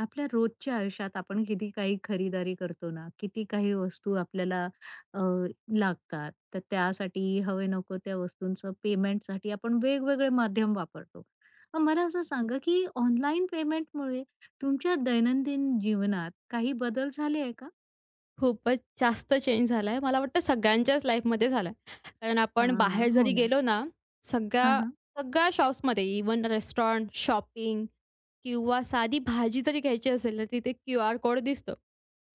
आपल्या रोजच्या आयुष्यात आपण किती काही खरीदारी करतो ना, किती काही वस्तू आपल्याला अ, लागतात. तर त्यासाठी हवे नको त्या वस्तूंचं पेमेंटसाठी आपण वेगवेगळे माध्यम वापरतो. मग मला असं सांगा, की ऑनलाईन पेमेंटमुळे तुमच्या दैनंदिन जीवनात काही बदल झाले आहे का? खूपच जास्त चेंज झालाय. मला वाटतं सगळ्यांच्याच लाईफमध्ये झालाय. कारण आपण हां, बाहेर हो जरी ना. गेलो ना, हां, सगळ्या हां. सगळ्या शॉप्समध्ये इवन रेस्टॉरंट, शॉपिंग किंवा साधी भाजी जरी घ्यायची असेल, तर तिथे क्यूआर कोड दिसतो.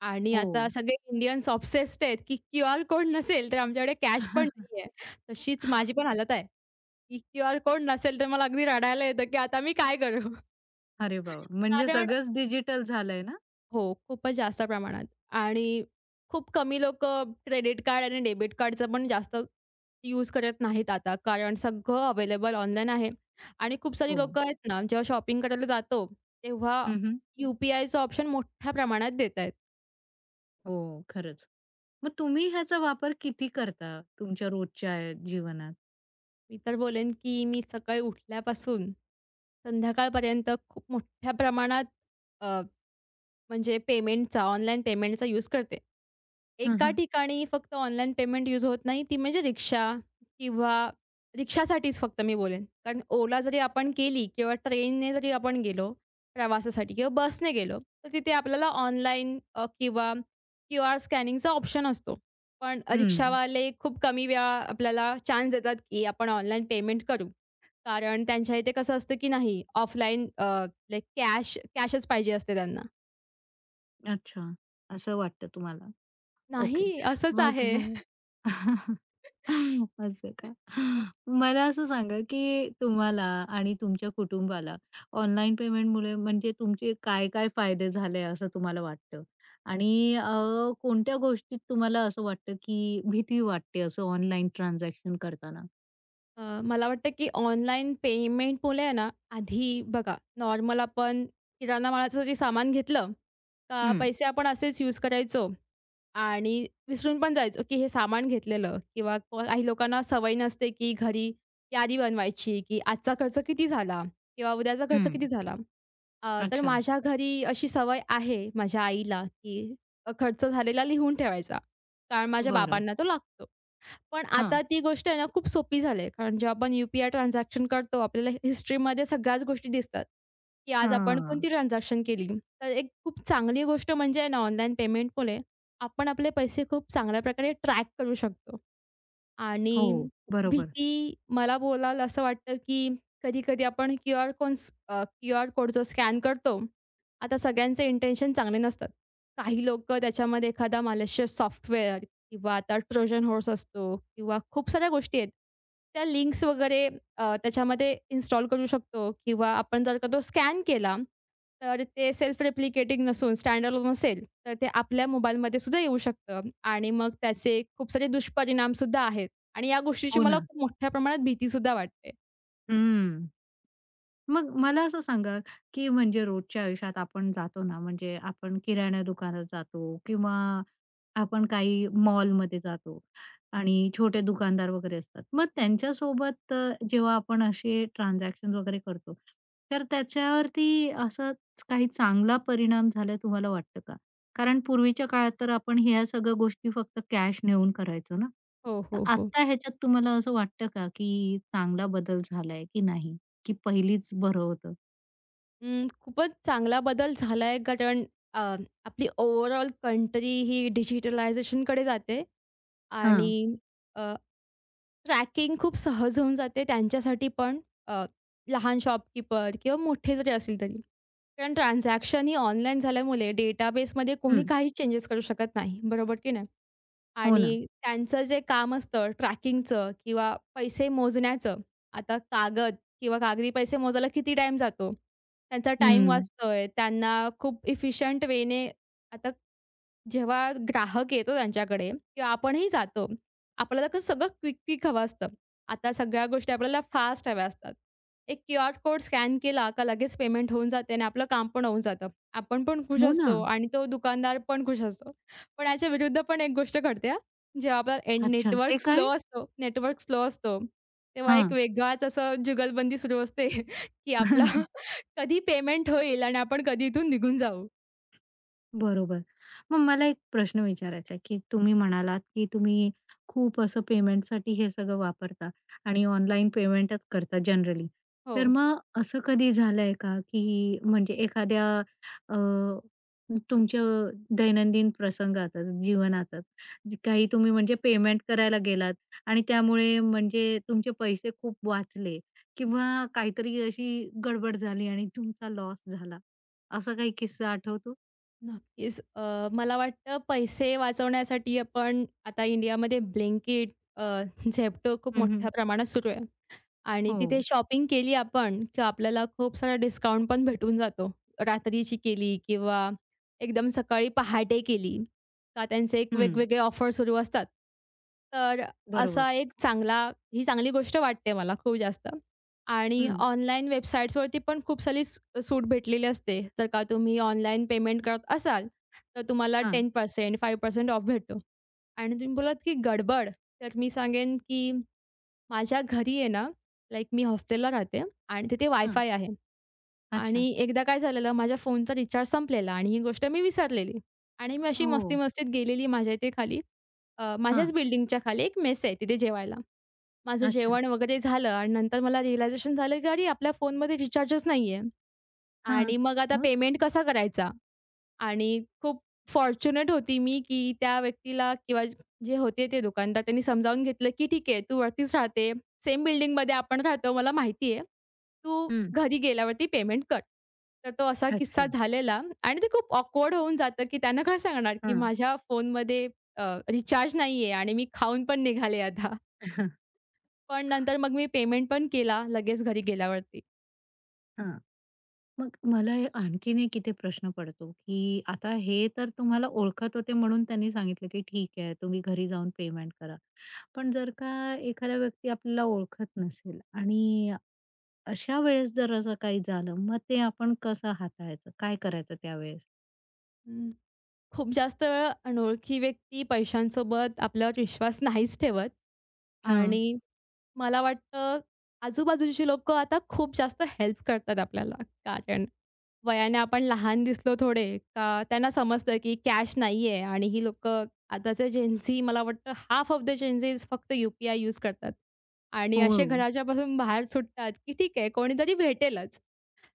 आणि हो. आता सगळे इंडियन्स ऑब्सेस्ड आहेत, की क्यूआर कोड नसेल, तर आमच्याकडे कॅश पण नाहीये. तशीच माझी पण हालत आहे, की क्यूआर कोड नसेल, तर मला अगदी रडायला येतं, की आता मी काय करू? अरे बाबा! म्हणजे आता सगळंच डिजिटल झालंय ना? हो, खूपच जास्त प्रमाणात. आणि खूप कमी लोकं क्रेडिट कार्ड आणि डेबिट कार्डचा पण जास्त यूज करत नाहीत आता, कारण सगळं अवेलेबल ऑनलाईन आहे. आणि खूप सारी हो. लोकं आहेत ना, जेव्हा शॉपिंग करायला जातो, तेव्हा हं, यू-पी-आयचं ऑप्शन मोठ्या प्रमाणात देत आहेत. हो, खरंच. मग तुम्ही ह्याचा वापर किती करता तुमच्या रोजच्या जीवनात? मी तर बोलेन, की मी सकाळी उठल्यापासून संध्याकाळपर्यंत खूप मोठ्या प्रमाणात, अ, म्हणजे पेमेंटचा, ऑनलाईन पेमेंटचा यूज करते. हां, एका हां. ठिकाणी फक्त ऑनलाईन पेमेंट यूज होत नाही, ती म्हणजे रिक्षा किंवा रिक्षासाठीच फक्त मी बोलेन. कारण Ola जरी आपण केली किंवा ट्रेनने जरी आपण गेलो प्रवासासाठी किंवा बसने गेलो, तर तिथे आपल्याला ऑनलाईन किंवा क्यूआर स्कॅनिंगचा ऑप्शन असतो. पण हं. हम्म. रिक्षावाले खूप कमी वेळा आपल्याला चान्स देतात, की आपण ऑनलाईन पेमेंट करू. कारण त्यांच्या इथे कसं असतं, की नाही ऑफलाईन, कॅश कॅशच पाहिजे असते त्यांना. अच्छा. असं वाटतं तुम्हाला. ओके. नाही, असंच मग आहे. असं का? मला असं सांगा, की तुम्हाला आणि तुमच्या कुटुंबाला ऑनलाईन पेमेंटमुळे म्हणजे तुमचे काय-काय फायदे झाले असं तुम्हाला वाटतं? आणि कोणत्या गोष्टीत तुम्हाला असं वाटतं, की भीती वाटते असं ऑनलाईन ट्रान्झॅक्शन करताना? मला वाटतं की ऑनलाईन पेमेंटमुळे आहे ना, आधी बघा नॉर्मल आपण किराणा मालाचं जरी सामान घेतलं, का हं. पैसे आपण असेच यूज करायचो आणि विसरून पण जायचो की हे सामान घेतलेलं किंवा काही लोकांना सवय नसते की घरी यादी बनवायची, की आजचा खर्च किती झाला किंवा उद्याचा खर्च हं. किती झाला. तर अच्छा. माझ्या घरी अशी सवय आहे माझ्या आईला की खर्च झालेला लिहून ठेवायचा. कारण माझ्या बरं. बाबांना तो लागतो. पण हां. आता ती गोष्ट आहे ना खूप सोपी झाली आहे. कारण जेव्हा आपण यू-पी-आय ट्रान्झॅक्शन करतो, आपल्याला हिस्ट्रीमध्ये सगळ्याच गोष्टी दिसतात, की आज आपण हां. कोणती ट्रान्झॅक्शन केली. तर एक खूप चांगली गोष्ट म्हणजे आहे ना ऑनलाईन पेमेंटमुळे आपण आपले पैसे खूप चांगल्या प्रकारे ट्रॅक करू शकतो. आणि हो. बरोबर. भीती मला बोलाल असं वाटतं, की कधी-कधी आपण क्यूआर कोड जो स्कॅन करतो, आता सगळ्यांचे इंटेन्शन चांगले नसतात. काही लोकं त्याच्यामध्ये एखादा मॅलिशियस सॉफ्टवेअर किंवा आता ट्रोजन हॉर्स असतो किंवा खूप साऱ्या गोष्टी आहेत. त्या लिंक्स वगैरे त्याच्यामध्ये इन्स्टॉल करू शकतो किंवा आपण जर का तो स्कॅन केला, तर ते सेल्फ रेप्लिकेटिंग नसून स्टँड नसेल, असेल, तर ते आपल्या मोबाईलमध्ये सुद्धा येऊ शकतं आणि मग त्याचे खूप सारे दुष्परिणाम सुद्धा आहेत आणि या गोष्टीची हो मला ना. खूप मोठ्या प्रमाणात भीती सुद्धा वाटते. हं. मग मला असं सांगा, की म्हणजे रोजच्या आयुष्यात आपण जातो ना, म्हणजे आपण किराणा दुकानात जातो किंवा आपण काही मॉलमध्ये जातो आणि छोटे दुकानदार वगैरे असतात. मग त्यांच्यासोबत जेव्हा आपण असे ट्रान्झॅक्शन्स वगैरे करतो, तर त्याच्यावरती असाच काही चांगला परिणाम झाला तुम्हाला वाटतं का? कारण पूर्वीच्या काळात तर आपण ह्या सगळ्या गोष्टी फक्त कॅश नेऊन करायचो ना. हो, तर हो, हो. आत्ता ह्याच्यात तुम्हाला असं वाटतं का, की चांगला बदल झालाय की नाही? की पहिलीच बरं होतं? अं, खूपच चांगला बदल झालाय. कारण अ, आपली ओव्हरऑल कंट्री ही डिजिटलायझेशनकडे जाते आणि हां. ट्रॅकिंग खूप सहज होऊन जाते त्यांच्यासाठी पण, अ, लहान शॉपकीपर किंवा मोठे जरी असतील तरी. कारण ट्रान्झॅक्शन ही ऑनलाईन झाल्यामुळे डेटाबेसमध्ये कोणी हं. काही चेंजेस करू शकत नाही, बरोबर की नाही? हो ना. आणि त्यांचं जे काम असतं ट्रॅकिंगचं किंवा पैसे मोजण्याचं, आता कागद किंवा कागदी पैसे मोजायला किती टाईम जातो? त्यांचा टाईम हं. वाचतोय, त्यांना खूप इफिशियंट वेने. आता जेव्हा ग्राहक येतो त्यांच्याकडे किंवा आपणही जातो, आपल्याला कसं सगळं क्विक-क्विक हवं असतं. आता सगळ्या गोष्टी आपल्याला फास्ट हव्या असतात. एक क्यूआर कोड स्कॅन केला का लगेच पेमेंट होऊन जाते आणि आपलं काम पण होऊन जातं. आपण पण खुश हो ना. असतो आणि तो दुकानदार पण खुश असतो. पण याच्या विरुद्ध पण एक गोष्ट घडते हां. जेव्हा आपला एंड अच्छा. ते काय? नेटवर्क स्लो असतो, तेव्हा एक हां. वेगळाच असं जुगलबंदी सुरू असते, की आपला कधी पेमेंट होईल आणि आपण कधी इथून निघून जाऊ. बरोबर. मग मला एक प्रश्न विचारायचा आहे, की तुम्ही म्हणालात, की तुम्ही खूप असं पेमेंटसाठी हे सगळं वापरता आणि ऑनलाईन पेमेंटच करता जनरली. हो. तर मग असं कधी झालंय का, की म्हणजे एखाद्या अ, तुमच्या दैनंदिन प्रसंगातच, जीवनातच काही तुम्ही म्हणजे पेमेंट करायला गेलात आणि त्यामुळे म्हणजे तुमचे पैसे खूप वाचले किंवा काहीतरी अशी गडबड झाली आणि तुमचा लॉस झाला. असा काही किस्सा आठवतो? नक्कीच. मला वाटतं पैसे वाचवण्यासाठी आपण आता इंडियामध्ये Blinkit, अ, Zepto खूप मोठ्या प्रमाणात सुरू आहे. आणि तिथे हो. शॉपिंग केली आपण, की आपल्याला खूप सारा डिस्काउंट पण भेटून जातो. रात्रीची केली किंवा एकदम सकाळी पहाटे केली, का त्यांचे एक हं. वेगवेगळे ऑफर सुरू असतात. तर बरोबर. असा एक चांगला ही चांगली गोष्ट वाटते मला खूप जास्त. आणि हं. ऑनलाईन वेबसाईट्सवरती पण खूप सारी सूट भेटलेली असते. जर का तुम्ही ऑनलाईन पेमेंट करत असाल, तर तुम्हाला हां, 10% 5% ऑफ भेटतो. आणि तुम्ही बोललात की गडबड, तर मी सांगेन की माझ्या घरी आहे ना, लाइक मी हॉस्टेलला राहते आणि तिथे हां. वायफाय आहे. आणि अच्छा. एकदा काय झालेलं माझ्या फोनचा रिचार्ज संपलेला आणि ही गोष्ट मी विसरलेली आणि मी अशी हो. मस्ती-मस्तीत गेलेली माझ्या इथे खाली. माझ्याच हां. बिल्डिंगच्या खाली एक मेस आहे तिथे जेवायला. माझं अच्छा. जेवण वगैरे झालं आणि नंतर मला रिअलायझेशन झालं की अरे, आपल्या फोनमध्ये रिचार्जच नाहीये हां. आणि मग आता मग? पेमेंट कसा करायचा? आणि खूप फॉर्च्युनेट होती मी, की त्या व्यक्तीला किंवा जे होते ते दुकानदार त्यांनी समजावून घेतलं, की "ठीक आहे, तू वरतीच राहते. सेम बिल्डिंगमध्ये आपण राहतो. मला माहिती आहे. तू हं. घरी गेल्यावरती पेमेंट कर." तर तो असा किस्सा अच्छा. झालेला आणि ते खूप ऑकवर्ड होऊन जातं, की त्यांना काय सांगणार, की हां. माझ्या फोनमध्ये रिचार्ज नाही आहे आणि मी खाऊन पण निघाले आता. पण नंतर मग मी पेमेंट पण केला लगेच घरी गेल्यावरती. हां. मग मला हे आणखीन एक इथे प्रश्न पडतो, की आता हे तर तुम्हाला ओळखत होते म्हणून त्यांनी सांगितलं, की ठीक आहे तुम्ही घरी जाऊन पेमेंट करा. पण जर का एखादा व्यक्ती आपल्याला ओळखत नसेल आणि अशा वेळेस जर असं काही झालं, मग ते आपण कसं हाताळायचं? काय करायचं त्यावेळेस? खूप जास्त वेळा अनोळखी व्यक्ती पैशांसोबत आपल्यावर विश्वास नाहीच ठेवत हां. आणि मला वाटतं आजूबाजूची लोकं आता खूप जास्त हेल्प करतात आपल्याला. कारण वयाने आपण लहान दिसलो थोडे का त्यांना समजतं की कॅश नाहीये आणि ही लोकं, आताचे जेन, मला वाटतं हाल्फ ऑफ द जेन फक्त यूज करतात. आणि हो. असे घराच्यापासून बाहेर सुटतात की ठीक आहे कोणीतरी भेटेलच.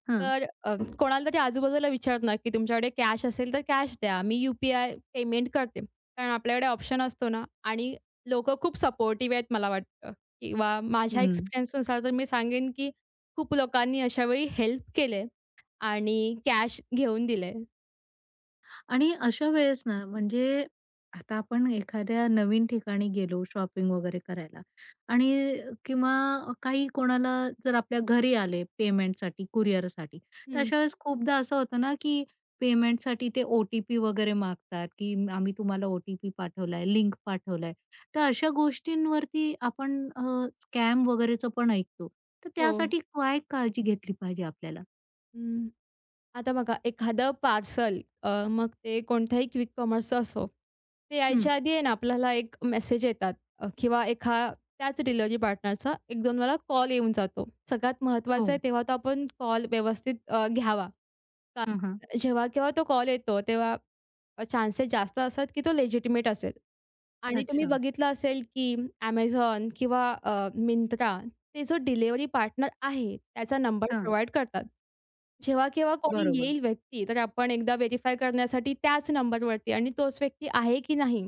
हां. तर कोणाला तरी आजूबाजूला विचारणार, की "तुमच्याकडे कॅश असेल तर कॅश द्या. मी यू-पी-आय पेमेंट करते." कारण आपल्याकडे ऑप्शन असतो ना. आणि लोकं खूप सपोर्टिव्ह आहेत मला वाटतं, किंवा माझ्या एक्सपिरियन्सनुसार तर मी सांगेन, की खूप लोकांनी अशावेळी हेल्प केले आणि कॅश घेऊन दिले. आणि अशा वेळेस ना, म्हणजे आता आपण एखाद्या नवीन ठिकाणी गेलो शॉपिंग वगैरे करायला आणि किंवा काही कोणाला जर आपल्या घरी आले पेमेंटसाठी, कुरिअरसाठी, तर हं. अशा वेळेस खूपदा असं होतं ना, की पेमेंटसाठी ते OTP वगैरे मागतात, की आम्ही तुम्हाला OTP पाठवलाय, लिंक पाठवलाय. तर अशा गोष्टींवरती आपण स्कॅम वगैरेचं पण ऐकतो. तर हो. त्यासाठी काय काळजी घेतली पाहिजे आपल्याला? हं. आता बघा एखादं पार्सल, मग ते कोणत्याही क्विक कॉमर्सचं असो, ते हं. यायच्या आधी आहे ना आपल्याला एक मेसेज येतात अ, किंवा एखा त्याच डिलिव्हरी पार्टनरचा एक दोन वेळा कॉल येऊन जातो. सगळ्यात महत्त्वाचं आहे हो. तेव्हा तो आपण कॉल व्यवस्थित घ्यावा. हं, हं. कारण जेव्हा-केव्हा तो कॉल येतो तेव्हा, चान्सेस जास्त असतात की तो लेजिटिमेट असेल. आणि तुम्ही अच्छा. बघितलं असेल की Amazon किंवा Myntra ते जो डिलिव्हरी पार्टनर आहे त्याचा नंबर हां. प्रोव्हाईड करतात. जेव्हा-केव्हा कोणी बरोबर. येईल व्यक्ती, तर आपण एकदा व्हेरिफाय करण्यासाठी त्याच नंबरवरती आणि तोच व्यक्ती आहे की नाही,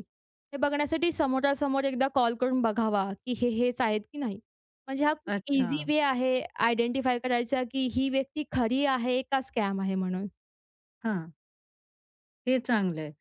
हे बघण्यासाठी समोरासमोर एकदा कॉल करून बघावा, की हे हेच आहेत की नाही. म्हणजे हा खूप अच्छा. ईझी वे आहे आयडेंटिफाय करायचा, की ही व्यक्ती खरी आहे का स्कॅम आहे म्हणून. हां. हे चांगलं आहे.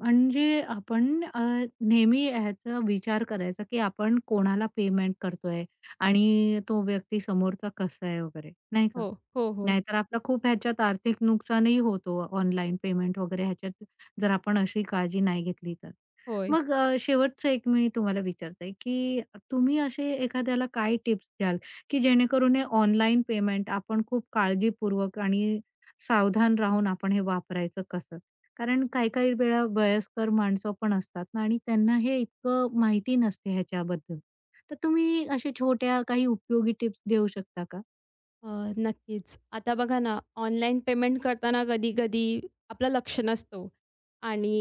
म्हणजे आपण नेहमी ह्याचा विचार करायचा, की आपण कोणाला पेमेंट करतोय आणि तो व्यक्ती समोरचा कसा आहे वगैरे, नाही का? हो, हो, हो. नाहीतर आपलं खूप ह्याच्यात आर्थिक नुकसानही होतो ऑनलाईन पेमेंट वगैरे ह्याच्यात जर आपण अशी काळजी नाही घेतली तर. होय. मग शेवटचं एक मी तुम्हाला विचारते, की तुम्ही असे एखाद्याला काय टिप्स द्याल, की जेणेकरून हे ऑनलाईन पेमेंट आपण खूप काळजीपूर्वक आणि सावधान राहून आपण हे वापरायचं कसं? कारण काही-काही वेळा वयस्कर माणसं पण असतात ना आणि त्यांना हे इतकं माहिती नसते ह्याच्याबद्दल. तर तुम्ही अशा छोट्या काही उपयोगी टिप्स देऊ शकता का? अ, नक्कीच. आता बघा ना, ऑनलाईन पेमेंट करताना कधी-कधी आपलं लक्ष नसतो आणि,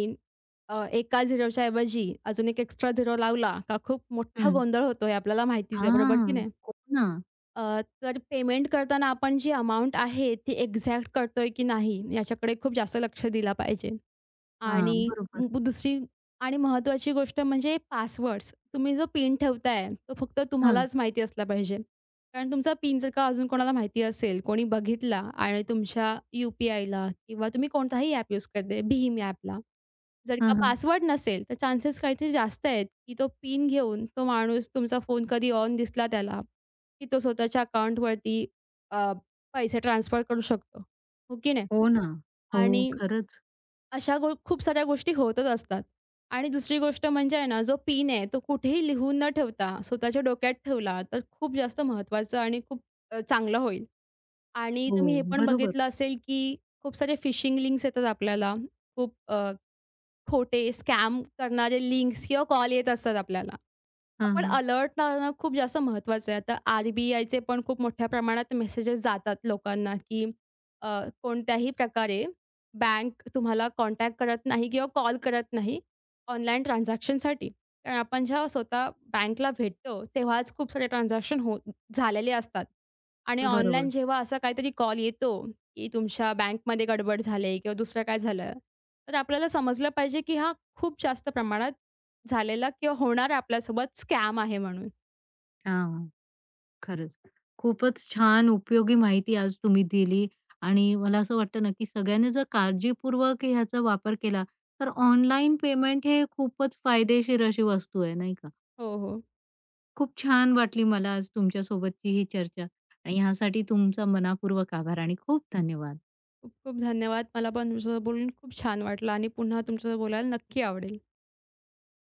एका झिरोच्या ऐवजी अजून एक एक्स्ट्रा झिरो लावला का खूप मोठा हं. गोंधळ होतो हे आपल्याला माहितीच आहे, बरोबर हां, की नाही? हो ना. अ, तर पेमेंट करताना आपण जी अमाउंट आहे ती एक्झॅक्ट करतोय की नाही याच्याकडे खूप जास्त लक्ष दिला पाहिजे. हां, आणि बरोबर. दुसरी आणि महत्त्वाची गोष्ट म्हणजे पासवर्ड्स. तुम्ही जो पिन ठेवताय, तो फक्त हां, तुम्हालाच माहिती असला पाहिजे. कारण तुमचा पिन जर का अजून कोणाला माहिती असेल, कोणी बघितला आणि तुमच्या यू-पी-आयला किंवा तुम्ही कोणताही ॲप यूज करताय, भीम ॲपला जर का हां, हां. पासवर्ड नसेल, तर चान्सेस काहीतरी जास्त आहेत, की तो पिन घेऊन तो माणूस तुमचा फोन कधी ऑन दिसला त्याला, की तो स्वतःच्या अकाउंटवरती पैसे ट्रान्सफर करू शकतो. हो की नाही? हो ना. हो, आणि खरंच. अशा गो खूप साऱ्या गोष्टी होतच असतात. आणि दुसरी गोष्ट म्हणजे आहे ना, जो पिन आहे तो कुठेही लिहून न ठेवता स्वतःच्या डोक्यात ठेवला तर खूप जास्त महत्त्वाचं आणि खूप चांगलं होईल. आणि हो, तुम्ही हे पण बरोबर. बघितलं असेल, की खूप सारे फिशिंग लिंक्स येतात आपल्याला. खूप खोटे स्कॅम करणारे लिंक्स किंवा कॉल येत असतात आपल्याला. हां, आपण हां. अलर्ट राहणं खूप जास्त महत्त्वाचं आहे. आता आर-बी-आयचे पण खूप मोठ्या प्रमाणात मेसेजेस जातात लोकांना, की अ, कोणत्याही प्रकारे बँक तुम्हाला कॉन्टॅक्ट करत नाही किंवा कॉल करत नाही ऑनलाईन ट्रान्झॅक्शनसाठी. कारण आपण जेव्हा स्वतः बँकला भेटतो, तेव्हाच खूप सारे ट्रान्झॅक्शन झालेले असतात. आणि ऑनलाईन बरोबर. जेव्हा असा काहीतरी कॉल येतो, की तुमच्या बँकमध्ये गडबड झाली किंवा दुसरं काय झालं, तर आपल्याला समजलं पाहिजे, की हा खूप जास्त प्रमाणात झालेला किंवा होणारा आपल्यासोबत स्कॅम आहे म्हणून. हां. खरंच. खूपच छान उपयोगी माहिती आज तुम्ही दिली आणि मला असं वाटतं ना, की सगळ्यांनी जर काळजीपूर्वक ह्याचा वापर केला, तर ऑनलाईन पेमेंट हे खूपच फायदेशीर अशी वस्तू आहे, नाही का? हो, हो. खूप छान वाटली मला आज तुमच्यासोबतची ही चर्चा आणि ह्यासाठी तुमचा मनापूर्वक आभार आणि खूप धन्यवाद. खूप खूप धन्यवाद. मला पण तुमच्यासोबत बोलून खूप छान वाटलं आणि पुन्हा तुमच्यासोबत बोलायला नक्की आवडेल.